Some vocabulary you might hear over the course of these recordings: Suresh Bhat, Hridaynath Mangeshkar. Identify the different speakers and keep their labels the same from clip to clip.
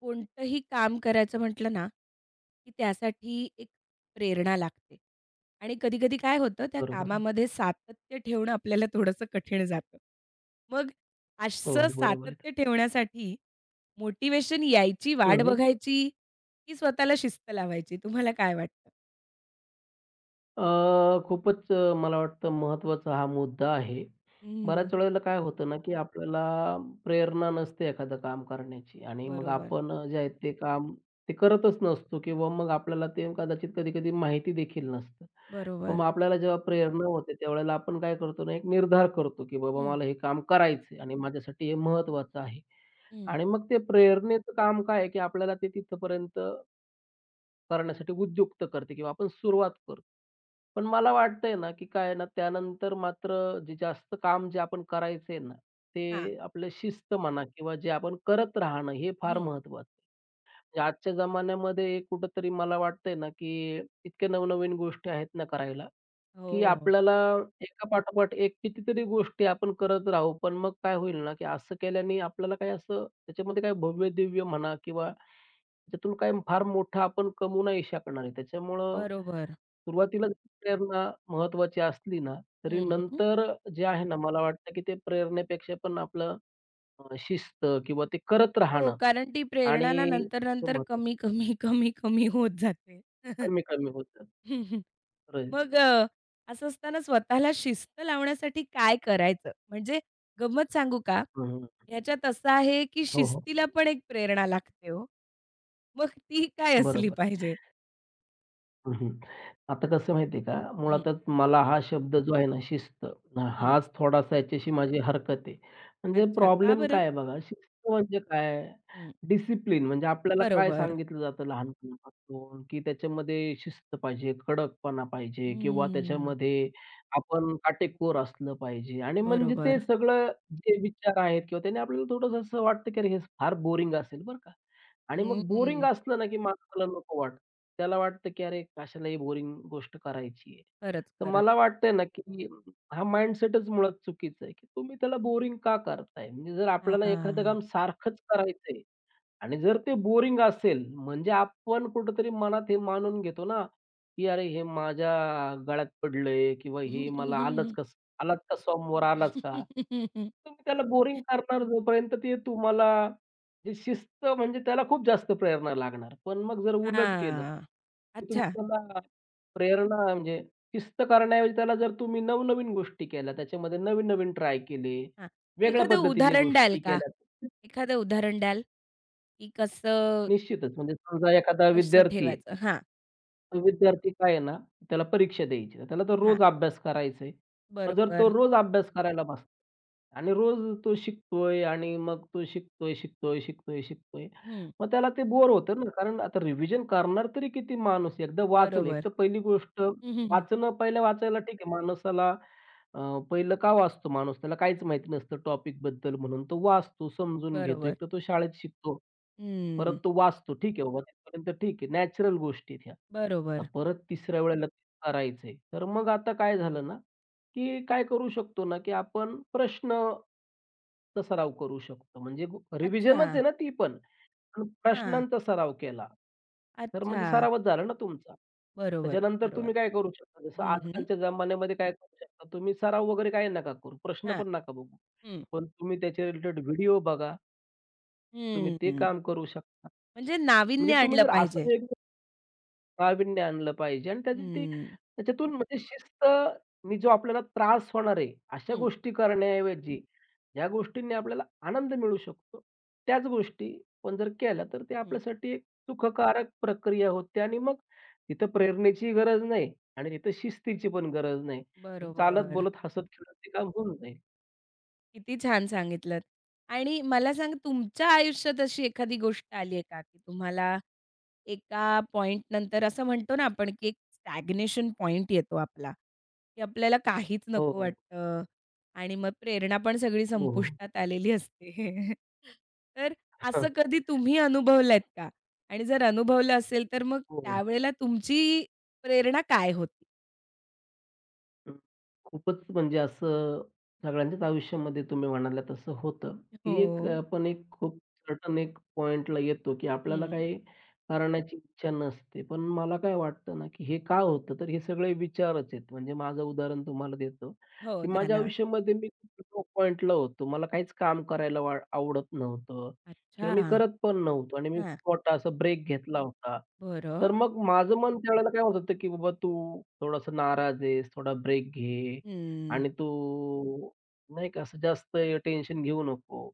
Speaker 1: कोणतंही काम करायचं म्हटलं ना, की त्यासाठी एक प्रेरणा लागते आणि कधी-कधी काय होतं त्या
Speaker 2: बरोबर आहे.
Speaker 1: कामामध्ये सातत्य ठेवणं आपल्याला थोडंसं कठीण जातं. मग
Speaker 2: हो,
Speaker 1: असं
Speaker 2: हो. बरोबर आहे.
Speaker 1: सातत्य ठेवण्यासाठी मोटिवेशन यायची
Speaker 2: हं,
Speaker 1: वाट
Speaker 2: हं.
Speaker 1: बघायची की स्वतःला शिस्त लावायची? तुम्हाला काय वाटतं?
Speaker 2: खूपच मला वाटतं महत्त्वाचा हा मुद्दा आहे.
Speaker 1: हं,
Speaker 2: बऱ्याच वेळेला काय होतं ना, की आपल्याला प्रेरणा नसते एखादं काम करण्याची आणि मग
Speaker 1: बरोबर,
Speaker 2: आपण जे आहे ते काम ते करतच नसतो किंवा मग आपल्याला ते कदाचित कधी-कधी माहिती देखील नसतं. पण
Speaker 1: बरोबर.
Speaker 2: मग आपल्याला जेव्हा प्रेरणा होते त्यावेळेला आपण काय करतो ना, एक निर्धार करतो, की बाबा
Speaker 1: हं,
Speaker 2: मला हे काम करायचं आणि माझ्यासाठी हे महत्त्वाचं आहे.
Speaker 1: हं.
Speaker 2: आणि मग ते प्रेरणेचं काम काय आहे, की आपल्याला ते तिथपर्यंत करण्यासाठी उद्युक्त करते किंवा आपण सुरुवात करतो. पण मला वाटतंय ना, की काय आहे ना, त्यानंतर मात्र जे जास्त काम जे आपण करायचंय ना,
Speaker 1: हां.
Speaker 2: ते आपलं शिस्त म्हणा किंवा जे आपण करत राहणं हे फार
Speaker 1: हं.
Speaker 2: महत्वाचं आहे. म्हणजे आजच्या जमान्यामध्ये कुठेतरी मला वाटतंय ना, की इतक्या नवनवीन गोष्टी आहेत ना करायला, की
Speaker 1: हो,
Speaker 2: आपल्याला एका पाठोपाठ एक कितीतरी गोष्टी आपण करत राहू. पण मग काय होईल ना, की असं केल्याने आपल्याला काही असं त्याच्यामध्ये काही भव्य-दिव्य म्हणा किंवा त्याच्यातून काही फार मोठं आपण कमवू नाही शकणार आहे. त्याच्यामुळं
Speaker 1: बरोबर.
Speaker 2: सुरुवातीला जरी प्रेरणा महत्त्वाची असली ना, तरी
Speaker 1: हं, हं.
Speaker 2: नंतर जे आहे ना, मला वाटतं की ते प्रेरणेपेक्षा पण आपलं शिस्त किंवा ते करत
Speaker 1: हो,
Speaker 2: राहणं
Speaker 1: कारण ती प्रेरणा ना
Speaker 2: आणि ते
Speaker 1: नंतर-नंतर
Speaker 2: महत्त्वाचं
Speaker 1: कमी, कमी, कमी, कमी होत जाते.
Speaker 2: कमी-कमी होतं.
Speaker 1: मग असं असताना स्वतःला शिस्त लावण्यासाठी काय करायचं? म्हणजे गंमत सांगू का? ह्याच्यात असं आहे, की
Speaker 2: हो, हो.
Speaker 1: शिस्तीला पण एक प्रेरणा लागते हो. मग ती काय असली
Speaker 2: बरोबर.
Speaker 1: पाहिजे?
Speaker 2: हं, हं. आता कसं माहिती आहे का,
Speaker 1: हं,
Speaker 2: मुळातच मला हा शब्द जो आहे ना शिस्त,
Speaker 1: हं.
Speaker 2: हाच थोडासा याच्याशी माझी हरकत आहे. म्हणजे
Speaker 1: अच्छा, का
Speaker 2: प्रॉब्लेम
Speaker 1: बरं?
Speaker 2: काय आहे बघा, शिस्त म्हणजे काय?
Speaker 1: हं,
Speaker 2: डिसिप्लिन म्हणजे आपल्याला काय
Speaker 1: बरोबर.
Speaker 2: सांगितलं जातं लहानपणापासून, की त्याच्यामध्ये शिस्त पाहिजे, कडकपणा पाहिजे किंवा
Speaker 1: हम्म,
Speaker 2: त्याच्यामध्ये आपण काटेकोर असलं पाहिजे आणि म्हणजे ते
Speaker 1: बरोबर.
Speaker 2: सगळं जे विचार आहेत किंवा त्याने आपल्याला थोडंसं असं वाटतं की अरे हे फार बोरिंग असेल बरं का. आणि मग बोरिंग
Speaker 1: हम्म,
Speaker 2: असलं ना, की माणसाला नको वाटतं. त्याला वाटतं, की "अरे, कशाला ही बोरिंग गोष्ट करायची आहे."
Speaker 1: खरंच,
Speaker 2: तर
Speaker 1: खरंच.
Speaker 2: मला वाटतंय ना, की हा माइंडसेटच मुळात चुकीचा आहे, की तुम्ही त्याला बोरिंग का करताय? म्हणजे जर आपल्याला एखादं
Speaker 1: हां.
Speaker 2: काम सारखंच करायचंय आणि जर ते बोरिंग असेल, म्हणजे आपण कुठेतरी मनात हे मानून घेतो ना, की "अरे, हे माझ्या गळ्यात पडलंय" किंवा "हे मला आलंच कसं? आलाच का सोमवार आलाच का?" तुम्ही त्याला बोरिंग करणार जोपर्यंत ते तुम्हाला जे शिस्त म्हणजे त्याला खूप जास्त प्रेरणा लागणार. पण मग जर उलट केलं,
Speaker 1: हां.
Speaker 2: की तुम्ही
Speaker 1: अच्छा.
Speaker 2: त्याला प्रेरणा म्हणजे शिस्त करण्याऐवजी त्याला जर तुम्ही नवनवीन गोष्टी केल्या, त्याच्यामध्ये नवीन-नवीन ट्राय केले,
Speaker 1: हां.
Speaker 2: वेगळ्या
Speaker 1: एखादं
Speaker 2: पद्धतीने
Speaker 1: उदाहरण द्याल
Speaker 2: गोष्टी
Speaker 1: का?
Speaker 2: केल्या
Speaker 1: एखादं उदाहरण द्याल? की कसं
Speaker 2: निश्चितच. म्हणजे समजा एखादा
Speaker 1: कसं
Speaker 2: विद्यार्थी आहे.
Speaker 1: ठेवायचं? हां,
Speaker 2: तो विद्यार्थी काय आहे ना, त्याला परीक्षा द्यायची आहे. त्याला तर
Speaker 1: हां.
Speaker 2: रोज अभ्यास करायचा आहे. मग जर तो
Speaker 1: बरोबर.
Speaker 2: रोज अभ्यास करायला बसला आणि रोज तो शिकतोय आणि मग तो शिकतोय, शिकतोय, शिकतोय, शिकतोय.
Speaker 1: हं.
Speaker 2: मग त्याला ते बोर होतं ना, कारण आता रिव्हिजन करणार तरी किती माणूस? आहे? एकदा वाचलं, एक
Speaker 1: बरोबर.
Speaker 2: तर पहिली गोष्ट
Speaker 1: हं, हं, हं.
Speaker 2: वाचणं पहिलं वाचायला ठीक आहे. माणसाला अ, पहिलं का वाचतो माणूस? त्याला काहीच माहिती नसतं टॉपिकबद्दल म्हणून. तो वाचतो, समजून घेतो.
Speaker 1: बरोबर.
Speaker 2: एकतर तो शाळेत शिकतो.
Speaker 1: हं.
Speaker 2: परत तो वाचतो. ठीक आहे बाबा तिथपर्यंत ठीक आहे. नॅचरल गोष्टी आहेत ह्या. आता
Speaker 1: बरोबर.
Speaker 2: परत तिसऱ्या वेळेला तेच करायचंय. तर मग आता काय झालं ना, की काय करू शकतो ना, की आपण प्रश्न, सराव करू शकतो. म्हणजे
Speaker 1: अच्छा.
Speaker 2: रिव्हिजनच आहे ना ती पण. आणि
Speaker 1: हां.
Speaker 2: प्रश्नांचा सराव केला. तर
Speaker 1: अच्छा.
Speaker 2: म्हणजे सरावच झाला ना तुमचा.
Speaker 1: बरोबर,
Speaker 2: त्याच्यानंतर
Speaker 1: बरोबर.
Speaker 2: तुम्ही काय करू शकता, जसं
Speaker 1: हं, हं.
Speaker 2: आजकालच्या जमान्यामध्ये काय करू शकता, तुम्ही सराव वगैरे काही नका करू, प्रश्न
Speaker 1: हां.
Speaker 2: पण नका बघू.
Speaker 1: हं.
Speaker 2: पण तुम्ही त्याच्या रिलेटेड व्हिडिओ बघा, तुम्ही ते
Speaker 1: हं.
Speaker 2: काम करू शकता.
Speaker 1: म्हणजे
Speaker 2: म्हणजे
Speaker 1: नाविन्य
Speaker 2: तुम्ही
Speaker 1: आणलं
Speaker 2: जर
Speaker 1: पाहिजे.
Speaker 2: असं प्रावीण्य आणलं पाहिजे आणि त्याची ती
Speaker 1: हं.
Speaker 2: त्याच्यातून म्हणजे शिस्तनी जो आपल्याला त्रास होणार आहे, अशा
Speaker 1: हं,
Speaker 2: गोष्टी करण्याऐवजी ज्या गोष्टींनी आपल्याला आनंद मिळू शकतो, त्याच गोष्टी आपण जर केल्या, तर ते
Speaker 1: हं.
Speaker 2: आपल्यासाठी एक सुखकारक प्रक्रिया होते आणि मग तिथं प्रेरणेची गरज नाही आणि तिथं शिस्तीची पण गरज नाही. चालत
Speaker 1: बरोबर.
Speaker 2: बोलत, हसत-खेळत ते काम होऊन जाईल.
Speaker 1: किती छान सांगितलंत. आणि मला सांग, तुमच्या आयुष्यात अशी एखादी गोष्ट आली आहे का, की तुम्हाला एका पॉइंटनंतर असं म्हणतो ना आपण, की एक स्टॅग्नेशन पॉइंट येतो आपला, की आपल्याला काहीच
Speaker 2: हो,
Speaker 1: नको
Speaker 2: हो.
Speaker 1: वाटतं आणि मग प्रेरणा पण सगळी
Speaker 2: हो, हो.
Speaker 1: संपुष्टात आलेली असते. तर असं कधी तुम्ही अनुभवलंत का? आणि जर अनुभवलं असेल, तर मग
Speaker 2: हो.
Speaker 1: त्यावेळेला तुमची प्रेरणा काय होती?
Speaker 2: अ, खूपच म्हणजे असं सगळ्यांच्याच आयुष्यामध्ये तुम्ही म्हणाला तसं होतं,
Speaker 1: हो.
Speaker 2: की एक आपण एक खूप सर्टन एक पॉइंटला येतो, की आपल्याला
Speaker 1: हं.
Speaker 2: काही करण्याची इच्छा नसते. पण मला काय वाटतं ना, की हे का होतं? तर हे सगळे विचारच आहेत. म्हणजे माझं उदाहरण तुम्हाला देतो,
Speaker 1: हो,
Speaker 2: की
Speaker 1: द्या
Speaker 2: माझ्या
Speaker 1: ना.
Speaker 2: आयुष्यामध्ये मी पॉइंटला होतो. मला काहीच काम करायला आवडत नव्हतं
Speaker 1: अच्छा.
Speaker 2: किंवा मी करत पण नव्हतो आणि मी
Speaker 1: हां.
Speaker 2: छोटा असा ब्रेक घेतला होता.
Speaker 1: बरं.
Speaker 2: तर मग माझं मन त्यावेळेला काय होत होतं, की बाबा तू थोडासा नाराज आहेस, थोडा ब्रेक घे
Speaker 1: हं,
Speaker 2: आणि तू नाही का असं जास्त टेन्शन घेऊ नको.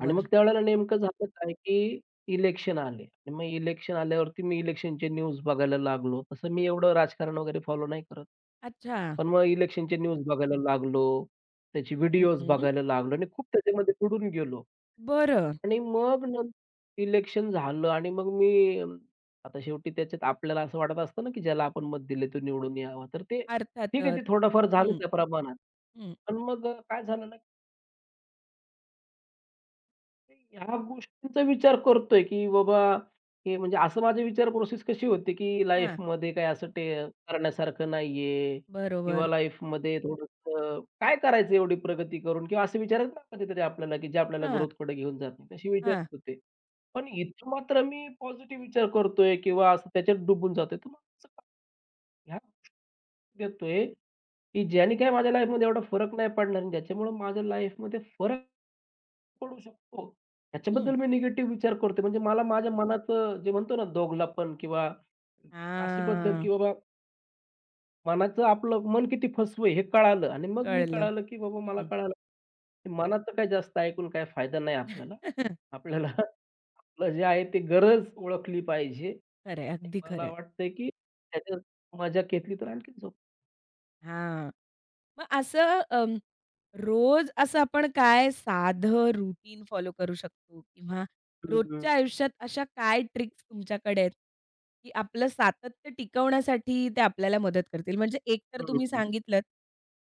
Speaker 2: आणि मग त्यावेळेला नेमकं झालं काय, की इलेक्शन आले आणि मग इलेक्शन आल्यावरती मी इलेक्शनचे न्यूज बघायला लागलो. तसं मी एवढं राजकारण वगैरे फॉलो नाही करत.
Speaker 1: अच्छा.
Speaker 2: पण मग इलेक्शनचे न्यूज बघायला लागलो, त्याचे
Speaker 1: हं,
Speaker 2: व्हिडिओज
Speaker 1: हं.
Speaker 2: बघायला लागलो आणि खूप त्याच्यामध्ये बुडून गेलो.
Speaker 1: बरं.
Speaker 2: आणि मग नंतर इलेक्शन झालं आणि मग मी आता शेवटी त्याच्यात आपल्याला असं वाटत असतं ना, की ज्याला आपण मत दिले तो निवडून यावा. तर ते ठीक आहे, ते
Speaker 1: अर्थातच.
Speaker 2: थोडंफार झालं
Speaker 1: हं,
Speaker 2: त्या प्रमाणात.
Speaker 1: हं.
Speaker 2: पण मग काय झालं ना ह्या गोष्टींचा विचार करतोय, की बाबा हे म्हणजे असं माझी विचार प्रोसेस कशी होती, की
Speaker 1: हां.
Speaker 2: लाईफमध्ये काय असं ते करण्यासारखं नाहीये किंवा
Speaker 1: बरोबर.
Speaker 2: लाईफमध्ये थोडंसं काय करायचं एवढी प्रगती करून किंवा असे विचार येतात ना कधीतरी आपल्याला, की जे आपल्याला
Speaker 1: हां,
Speaker 2: ग्रोथकडे घेऊन जात नाही. तसे विचार
Speaker 1: हां.
Speaker 2: येत होते. पण इथं मात्र मी पॉझिटिव्ह विचार करतोय किंवा असं त्याच्यात डुबून जातोय. तर मग असं का ध्यान देतोय, की ज्याने काय माझ्या लाईफमध्ये एवढा फरक नाही पडणार आणि ज्याच्यामुळं माझ्या लाईफमध्ये फरक पडू शकतो.
Speaker 1: हं.
Speaker 2: त्याच्याबद्दल मी निगेटिव्ह विचार करतोय. म्हणजे मला माझ्या मनाचं जे म्हणतो ना दोघलापण किंवा अशी पद्धत,
Speaker 1: हां.
Speaker 2: की बाबा मनाचं आपलं मन किती फसवं आहे हे कळालं आणि मग मी
Speaker 1: कळलं.
Speaker 2: कळालं, की बाबा मला
Speaker 1: हं.
Speaker 2: कळालं, की मनाचं काही जास्त ऐकून काही फायदा नाही आपल्याला.
Speaker 1: खरं
Speaker 2: आपल्याला आपलं जे आहे ते गरज ओळखली पाहिजे. आणि
Speaker 1: अगदी खरं
Speaker 2: मला
Speaker 1: आहे.
Speaker 2: वाटतंय, की त्याच्यात मजा घेतली तर आणखीन झोप
Speaker 1: हां. मग असं रोज असं आपण काय साधं रूटीन फॉलो करू शकतो किंवा
Speaker 2: हं, हं.
Speaker 1: रोजच्या आयुष्यात अशा काय ट्रिक्स तुमच्याकडे आहेत, की आपलं सातत्य टिकवण्यासाठी ते आपल्याला मदत करतील? म्हणजे एक तर तुम्ही सांगितलंत,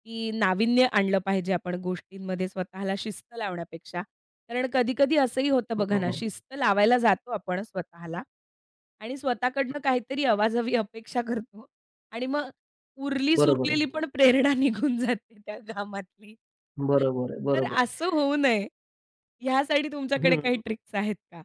Speaker 1: की नाविन्य आणलं पाहिजे आपण गोष्टींमध्ये स्वतःला शिस्त लावण्यापेक्षा. कारण कधी-कधी असंही होतं
Speaker 2: हो,
Speaker 1: बघा ना,
Speaker 2: हो.
Speaker 1: शिस्त लावायला जातो आपण स्वतःला आणि स्वतःकडनं काहीतरी अवाजवी अपेक्षा करतो आणि मग उरलीच
Speaker 2: बरोबर आहे.
Speaker 1: उरलेली पण प्रेरणा निघून जाते त्या कामातली.
Speaker 2: बरोबर आहे,
Speaker 1: तर
Speaker 2: बरोबर
Speaker 1: असं
Speaker 2: आहे.
Speaker 1: होऊ नये, ह्यासाठी तुमच्याकडे
Speaker 2: हं.
Speaker 1: काही ट्रिक्स आहेत का?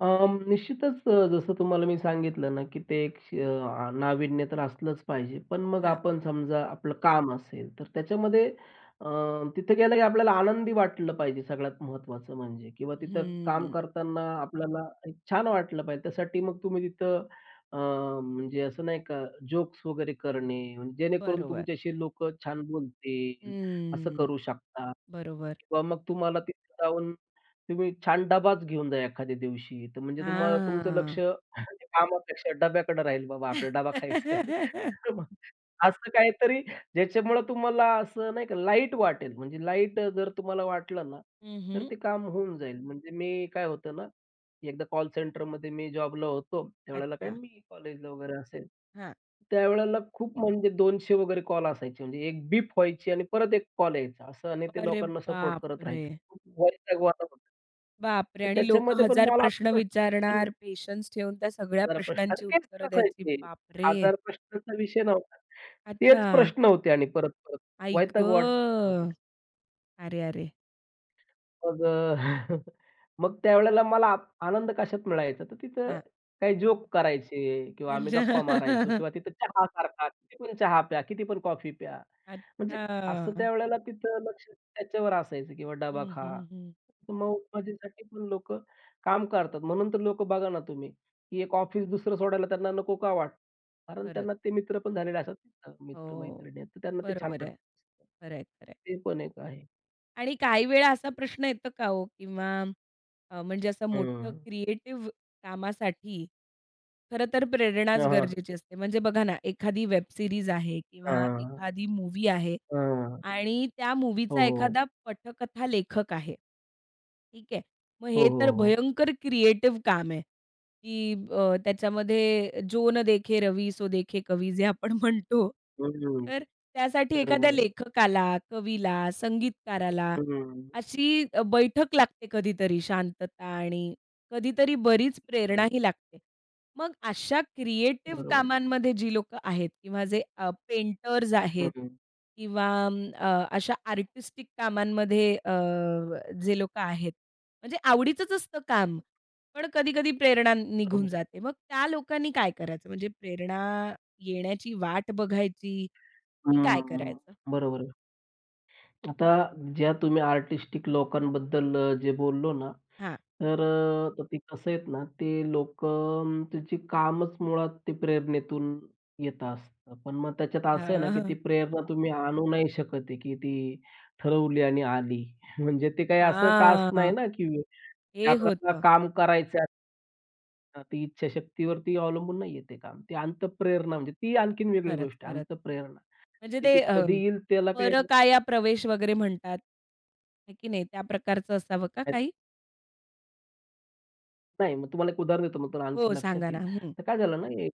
Speaker 2: निश्चितच जसं तुम्हाला मी सांगितलं ना, की ते एक नाविन्य तर असलंच पाहिजे. पण मग
Speaker 1: हां.
Speaker 2: आपण समजा आपलं काम असेल, तर त्याच्यामध्ये अ, तिथे गेलं की आपल्याला आनंदी वाटलं पाहिजे सगळ्यात महत्त्वाचं म्हणजे किंवा तिथं काम
Speaker 1: हम्म.
Speaker 2: करताना आपल्याला एक छान वाटलं पाहिजे. त्यासाठी मग तुम्ही तिथं अ, म्हणजे असं नाही का जोक्स वगैरे करणे, म्हणजे जेणेकरून
Speaker 1: बरोबर.
Speaker 2: तुमच्याशी लोकं छान बोलतील, असं
Speaker 1: हम्म.
Speaker 2: करू शकता.
Speaker 1: बरोबर.
Speaker 2: किंवा मग तुम्हाला तिथे जाऊन तुम्ही छान डबाच घेऊन जा एखाद्या दिवशी. तर म्हणजे तुम्हाला तुमचं
Speaker 1: हां.
Speaker 2: लक्ष म्हणजे कामापेक्षा डब्याकडे राहील, "बाबा आपल्याला डबा खायचा आहे." मग असं काहीतरी ज्याच्यामुळं तुम्हाला असं नाही का लाईट वाटेल. म्हणजे लाईट जर तुम्हाला वाटलं ना,
Speaker 1: हं,
Speaker 2: तर
Speaker 1: हं.
Speaker 2: ते काम होऊन जाईल. म्हणजे मी काय होतं ना एकदा कॉल सेंटरमध्ये मी जॉबला होतो. त्यावेळेला काय
Speaker 1: अच्छा.
Speaker 2: मी कॉलेजला वगैरे असेल.
Speaker 1: हां.
Speaker 2: त्यावेळेला खूप म्हणजे 200 वगैरे कॉल असायचे. म्हणजे एक बीप व्हायची आणि परत एक कॉल यायचा. असं आणि ते
Speaker 1: अरे
Speaker 2: लोकांना सपोर्ट करत
Speaker 1: बापरे!
Speaker 2: राहायचं. खूप वैतागवाणं होतं.
Speaker 1: बापरे!
Speaker 2: तर
Speaker 1: आणि लोकं
Speaker 2: त्याच्यामध्ये पण
Speaker 1: हजार
Speaker 2: मला आता
Speaker 1: प्रश्न
Speaker 2: प्रश्न
Speaker 1: विचारणार, पेशन्स ठेवून त्या सगळ्या
Speaker 2: हजार प्रश्न आणि
Speaker 1: प्रश्नांची
Speaker 2: तेच
Speaker 1: उत्तरं द्यायची.
Speaker 2: असायचे.
Speaker 1: बापरे!
Speaker 2: 1,000 प्रश्नांचा विषय नव्हता.
Speaker 1: अच्छा.
Speaker 2: तेच प्रश्न होते आणि परत-परत.
Speaker 1: आई
Speaker 2: वैताग वाटत होतं.
Speaker 1: गं! अरे, अरे!
Speaker 2: मग मग त्यावेळेला मला आनंद कशात मिळायचा, तर तिथं
Speaker 1: हां.
Speaker 2: काही जोक करायचे किंवा आम्ही
Speaker 1: अच्छा.
Speaker 2: गप्पा मारायचो किंवा तिथं चहासारखा किती पण चहा प्या, किती पण कॉफी प्या. म्हणजे असं
Speaker 1: अच्छा.
Speaker 2: त्यावेळेला तिथं लक्ष त्याच्यावर असायचं किंवा डबा
Speaker 1: हं,
Speaker 2: खा.
Speaker 1: हं, हं.
Speaker 2: तर मग माझ्यासाठी पण लोकं काम करतात. म्हणून तर लोकं बघा ना तुम्ही, की एक ऑफिस दुसरं सोडायला त्यांना नको का वाटतं? कारण
Speaker 1: खरंच.
Speaker 2: त्यांना ते मित्र पण झालेले असतात ना,
Speaker 1: हो.
Speaker 2: मित्र-मैत्रिणी. तर त्यांना ते छान
Speaker 1: बरोबर आहे.
Speaker 2: वाटतं.
Speaker 1: खरं आहे, खरं आहे.
Speaker 2: ते पण एक आहे.
Speaker 1: आणि काही वेळा असा प्रश्न येतो का हो किंवा म्हणजे असं मोठं
Speaker 2: हं.
Speaker 1: क्रिएटिव्ह कामासाठी खरं तर प्रेरणाच गरजेची असते. म्हणजे बघा ना, एखादी वेब सीरीज आहे किंवा
Speaker 2: हां,
Speaker 1: एखादी मूव्ही आहे
Speaker 2: हां.
Speaker 1: आणि त्या
Speaker 2: हो,
Speaker 1: मूव्हीचा
Speaker 2: हो.
Speaker 1: एखादा पटकथा लेखक आहे. ठीक आहे. मग हे
Speaker 2: हो, हो,
Speaker 1: तर
Speaker 2: हो.
Speaker 1: भयंकर क्रिएटिव्ह काम आहे. की त्याच्यामध्ये "जो न देखे रवी सो देखे कवी" जे आपण म्हणतो.
Speaker 2: हं.
Speaker 1: तर त्यासाठी एखाद्या
Speaker 2: बरोबर आहे.
Speaker 1: लेखकाला, कवीला, संगीतकाराला
Speaker 2: हं.
Speaker 1: अशी बैठक लागते कधीतरी शांतता आणि कधीतरी बरीच
Speaker 2: बरोबर आहे.
Speaker 1: प्रेरणाही लागते. मग अशा क्रिएटिव्ह
Speaker 2: बरोबर.
Speaker 1: कामांमध्ये जी लोकं आहेत किंवा जे पेंटर्स आहेत
Speaker 2: हं.
Speaker 1: किंवा अशा आर्टिस्टिक कामांमध्ये जे लोकं आहेत, म्हणजे आवडीचंच असतं काम. पण कधी-कधी प्रेरणा निघून
Speaker 2: बरोबर आहे.
Speaker 1: जाते. मग त्या लोकांनी काय करायचं? म्हणजे प्रेरणा येण्याची वाट बघायची की काय
Speaker 2: हं.
Speaker 1: करायचं?
Speaker 2: बरोबर आहे. आता ज्या तुम्ही आर्टिस्टिक लोकांबद्दल जे बोललो ना,
Speaker 1: हां.
Speaker 2: तर तर ते कसं आहेत ना, ते लोकं त्याची कामच मुळात ते प्रेरणेतून येत असतं. पण मग त्याच्यात असं आहे ना, की ती
Speaker 1: हां.
Speaker 2: प्रेरणा तुम्ही आणू नाही शकत आहे, की ती ठरवली आणि आली. म्हणजे ते काही असं टास्क नाही
Speaker 1: हां.
Speaker 2: ना, की जे
Speaker 1: हे
Speaker 2: आपल्याला
Speaker 1: होतं.
Speaker 2: काम करायचं आहे. ना, ती इच्छाशक्तीवरती अवलंबून नाहीये ते काम. ती अंतःप्रेरणा म्हणजे ती आणखीन वेगळी
Speaker 1: खरंच,
Speaker 2: गोष्ट आहे,
Speaker 1: खरंच.
Speaker 2: अंतःप्रेरणा.
Speaker 1: म्हणजे
Speaker 2: ती
Speaker 1: ते अ,
Speaker 2: कधी येईल त्याला काही
Speaker 1: परकाया प्रवेश वगैरे म्हणतात, आहे की नाही? त्या प्रकारचं असावं का काही?
Speaker 2: नाही, मग तुम्हाला एक उदाहरण देतो, मग तुम्हाला
Speaker 1: हो,
Speaker 2: आणखी
Speaker 1: सांगा
Speaker 2: लक्षात
Speaker 1: ना.
Speaker 2: येईल.
Speaker 1: हं.
Speaker 2: तर काय झालं ना, हे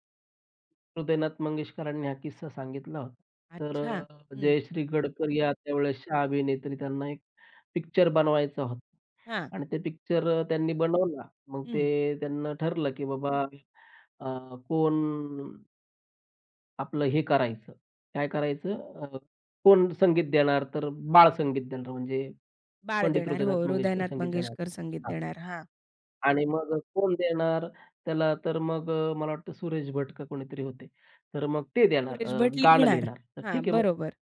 Speaker 2: हृदयनाथ मंगेशकरांनी हा किस्सा सांगितला होता. तर
Speaker 1: अच्छा. हं.
Speaker 2: जयश्री गडकर या त्यावेळेस शहा अभिनेत्री त्यांना एक पिक्चर बनवायचा होता
Speaker 1: हां.
Speaker 2: आणि ते पिक्चर त्यांनी बनवला. मग
Speaker 1: हं.
Speaker 2: ते त्यांना ठरलं, की बाबा कोण आपलं हे करायचं, काय करायचं अ, कोण संगीत देणार, तर बाळ संगीत देणार म्हणजे
Speaker 1: बाळ
Speaker 2: पंडित
Speaker 1: देणार. हो,
Speaker 2: हृदयनाथ मंगेशकर
Speaker 1: हृदयनाथ
Speaker 2: संगीत देणार.
Speaker 1: मंगेशकर संगीत देणार. हां.
Speaker 2: आणि मग कोण देणार? त्याला तर मग मला वाटतं सुरेश भट का कोणीतरी होते. तर मग ते देणार
Speaker 1: सुरेश भट
Speaker 2: गाणं
Speaker 1: लिहिणार.
Speaker 2: लिहिणार. तर
Speaker 1: हां,
Speaker 2: ठीक आहे मग
Speaker 1: बरोबर.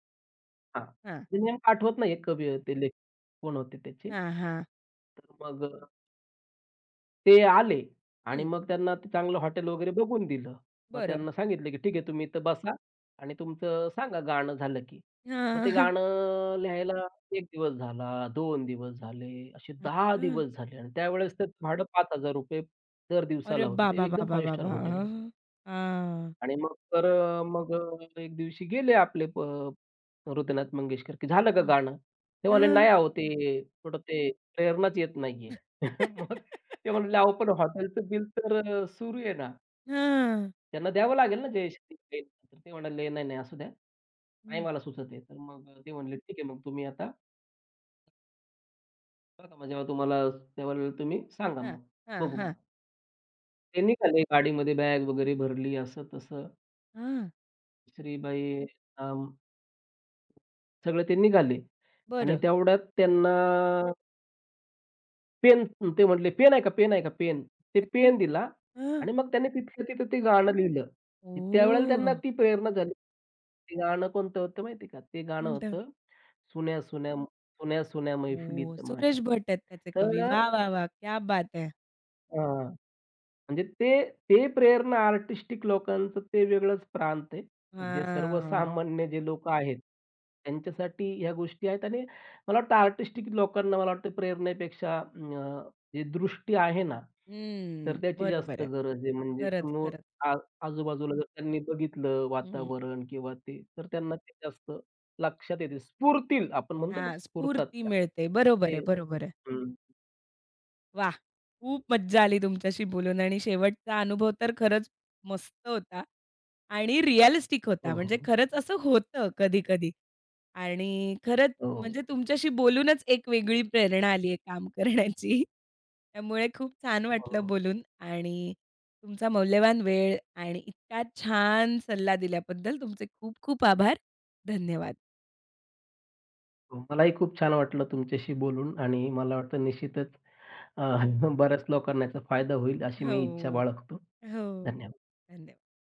Speaker 2: हां.
Speaker 1: हां.
Speaker 2: ते नेमकं आठवत नाहीये कवी ते लेखक कोण होते त्याचे.
Speaker 1: हां, हां.
Speaker 2: तर मग ते आले आणि
Speaker 1: हं.
Speaker 2: मग त्यांना ते चांगलं हॉटेल वगैरे बघून दिलं. मग
Speaker 1: बरं.
Speaker 2: त्यांना सांगितलं, की "ठीक आहे तुम्ही इथं बसा आणि तुमचं सांगा गाणं झालं की." मग ते
Speaker 1: हां.
Speaker 2: गाणं लिहायला 1 दिवस झाला, दोन दिवस झाले, असे 10
Speaker 1: अच्छा.
Speaker 2: दिवस झाले आणि त्यावेळेस त्याचं भाडं ₹5,000 दर
Speaker 1: अरे
Speaker 2: दिवसाला होतं. ते
Speaker 1: बाबा,
Speaker 2: एकदम
Speaker 1: बाबा,
Speaker 2: फाइव्ह स्टार
Speaker 1: बाबा!
Speaker 2: हॉटेल होतं.
Speaker 1: हां. हां.
Speaker 2: आणि मग तर मग एक दिवशी गेले आपले हृदयनाथ मंगेशकर, की "झालं का
Speaker 1: हं.
Speaker 2: गाणं?" ते म्हणाले,
Speaker 1: हां.
Speaker 2: "नाही अहो ते थोडं ते प्रेरणाच येत नाहीये." मग ते म्हणाले, "अहो पण हॉटेलचं बिल तर सुरू आहे ना,
Speaker 1: हां.
Speaker 2: त्यांना द्यावं लागेल ना जयश्री ताईंना." तर ते म्हणाले, "नाही, नाही असू द्या, नाही
Speaker 1: हं.
Speaker 2: मला सुचत आहे." तर मग ते म्हणले, "ठीक आहे मग तुम्ही आता बघा मग जेव्हा तुम्हाला त्यावेळेला तुम्ही सांगा
Speaker 1: हां,
Speaker 2: मग,
Speaker 1: हां,
Speaker 2: बघू मग."
Speaker 1: हां,
Speaker 2: ते निघाले गाडीमध्ये बॅग वगैरे भरली असं तसं.
Speaker 1: हां.
Speaker 2: श्रीबाई अ, सगळं ते निघाले. आणि
Speaker 1: बरं.
Speaker 2: तेवढ्यात त्यांना पेन ते म्हटले, "पेन आहे का? पेन आहे का? पेन?" ते
Speaker 1: अच्छा.
Speaker 2: पेन दिला
Speaker 1: हां.
Speaker 2: आणि मग त्यांनी तिथल्या तिथं ते गाणं लिहिलं. त्यावेळेला
Speaker 1: ओह!
Speaker 2: त्यांना ती प्रेरणा झाली. ते गाणं कोणतं होतं माहिती का? ते गाणं
Speaker 1: कोणतं?
Speaker 2: होतं "सुन्या, सुन्या, सुन्या, सुन्या
Speaker 1: ओह!
Speaker 2: मैफिलीत माझ्या."
Speaker 1: सुरेश भट आहेत त्याचे कवी.
Speaker 2: तर
Speaker 1: वाह, वाह, वाह! क्या बात है!
Speaker 2: अ म्हणजे ते ते प्रेरणा आर्टिस्टिक लोकांचं ते वेगळंच प्रांत आहे. म्हणजे
Speaker 1: हां.
Speaker 2: सर्वसामान्य जे लोकं आहेत, त्यांच्यासाठी ह्या गोष्टी आहेत आणि मला वाटतं आर्टिस्टिक लोकांना मला वाटतं प्रेरणेपेक्षा जी दृष्टी आहे ना, तर
Speaker 1: हं.
Speaker 2: त्याची
Speaker 1: बरोबर
Speaker 2: जास्त
Speaker 1: आहे.
Speaker 2: गरज आहे. म्हणजे
Speaker 1: खरंच,
Speaker 2: समोर
Speaker 1: खरंच.
Speaker 2: आ आजूबाजूला जर त्यांनी बघितलं
Speaker 1: हं.
Speaker 2: वातावरण किंवा ते, तर त्यांना ते जास्त लक्षात येते. स्फुरतील आपण म्हणतो
Speaker 1: हां,
Speaker 2: ना, स्फुरतात
Speaker 1: स्फूर्ती
Speaker 2: त्या.
Speaker 1: मिळते. बरोबर
Speaker 2: ते
Speaker 1: आहे, बरोबर आहे.
Speaker 2: हं.
Speaker 1: वाह! खूप मज्जा आली तुमच्याशी बोलून आणि शेवटचा अनुभव तर खरंच मस्त होता आणि रिअलिस्टिक होता.
Speaker 2: हो,
Speaker 1: म्हणजे
Speaker 2: हो.
Speaker 1: खरंच असं होतं कधी-कधी आणि खरंच
Speaker 2: हो,
Speaker 1: म्हणजे
Speaker 2: हो.
Speaker 1: तुमच्याशी बोलूनच एक वेगळी प्रेरणा आली आहे काम करण्याची. त्यामुळे खूप छान
Speaker 2: हो.
Speaker 1: वाटलं बोलून आणि तुमचा मौल्यवान वेळ आणि इतका छान सल्ला दिल्याबद्दल तुमचे खूप खूप आभार. धन्यवाद.
Speaker 2: हो, मलाही खूप छान वाटलं तुमच्याशी बोलून आणि मला वाटतं निश्चितच अ, बऱ्याच लोकांना याचा फायदा होईल अशी मी इच्छा
Speaker 1: हो,
Speaker 2: बाळगतो.
Speaker 1: हो.
Speaker 2: धन्यवाद.
Speaker 1: धन्यवाद.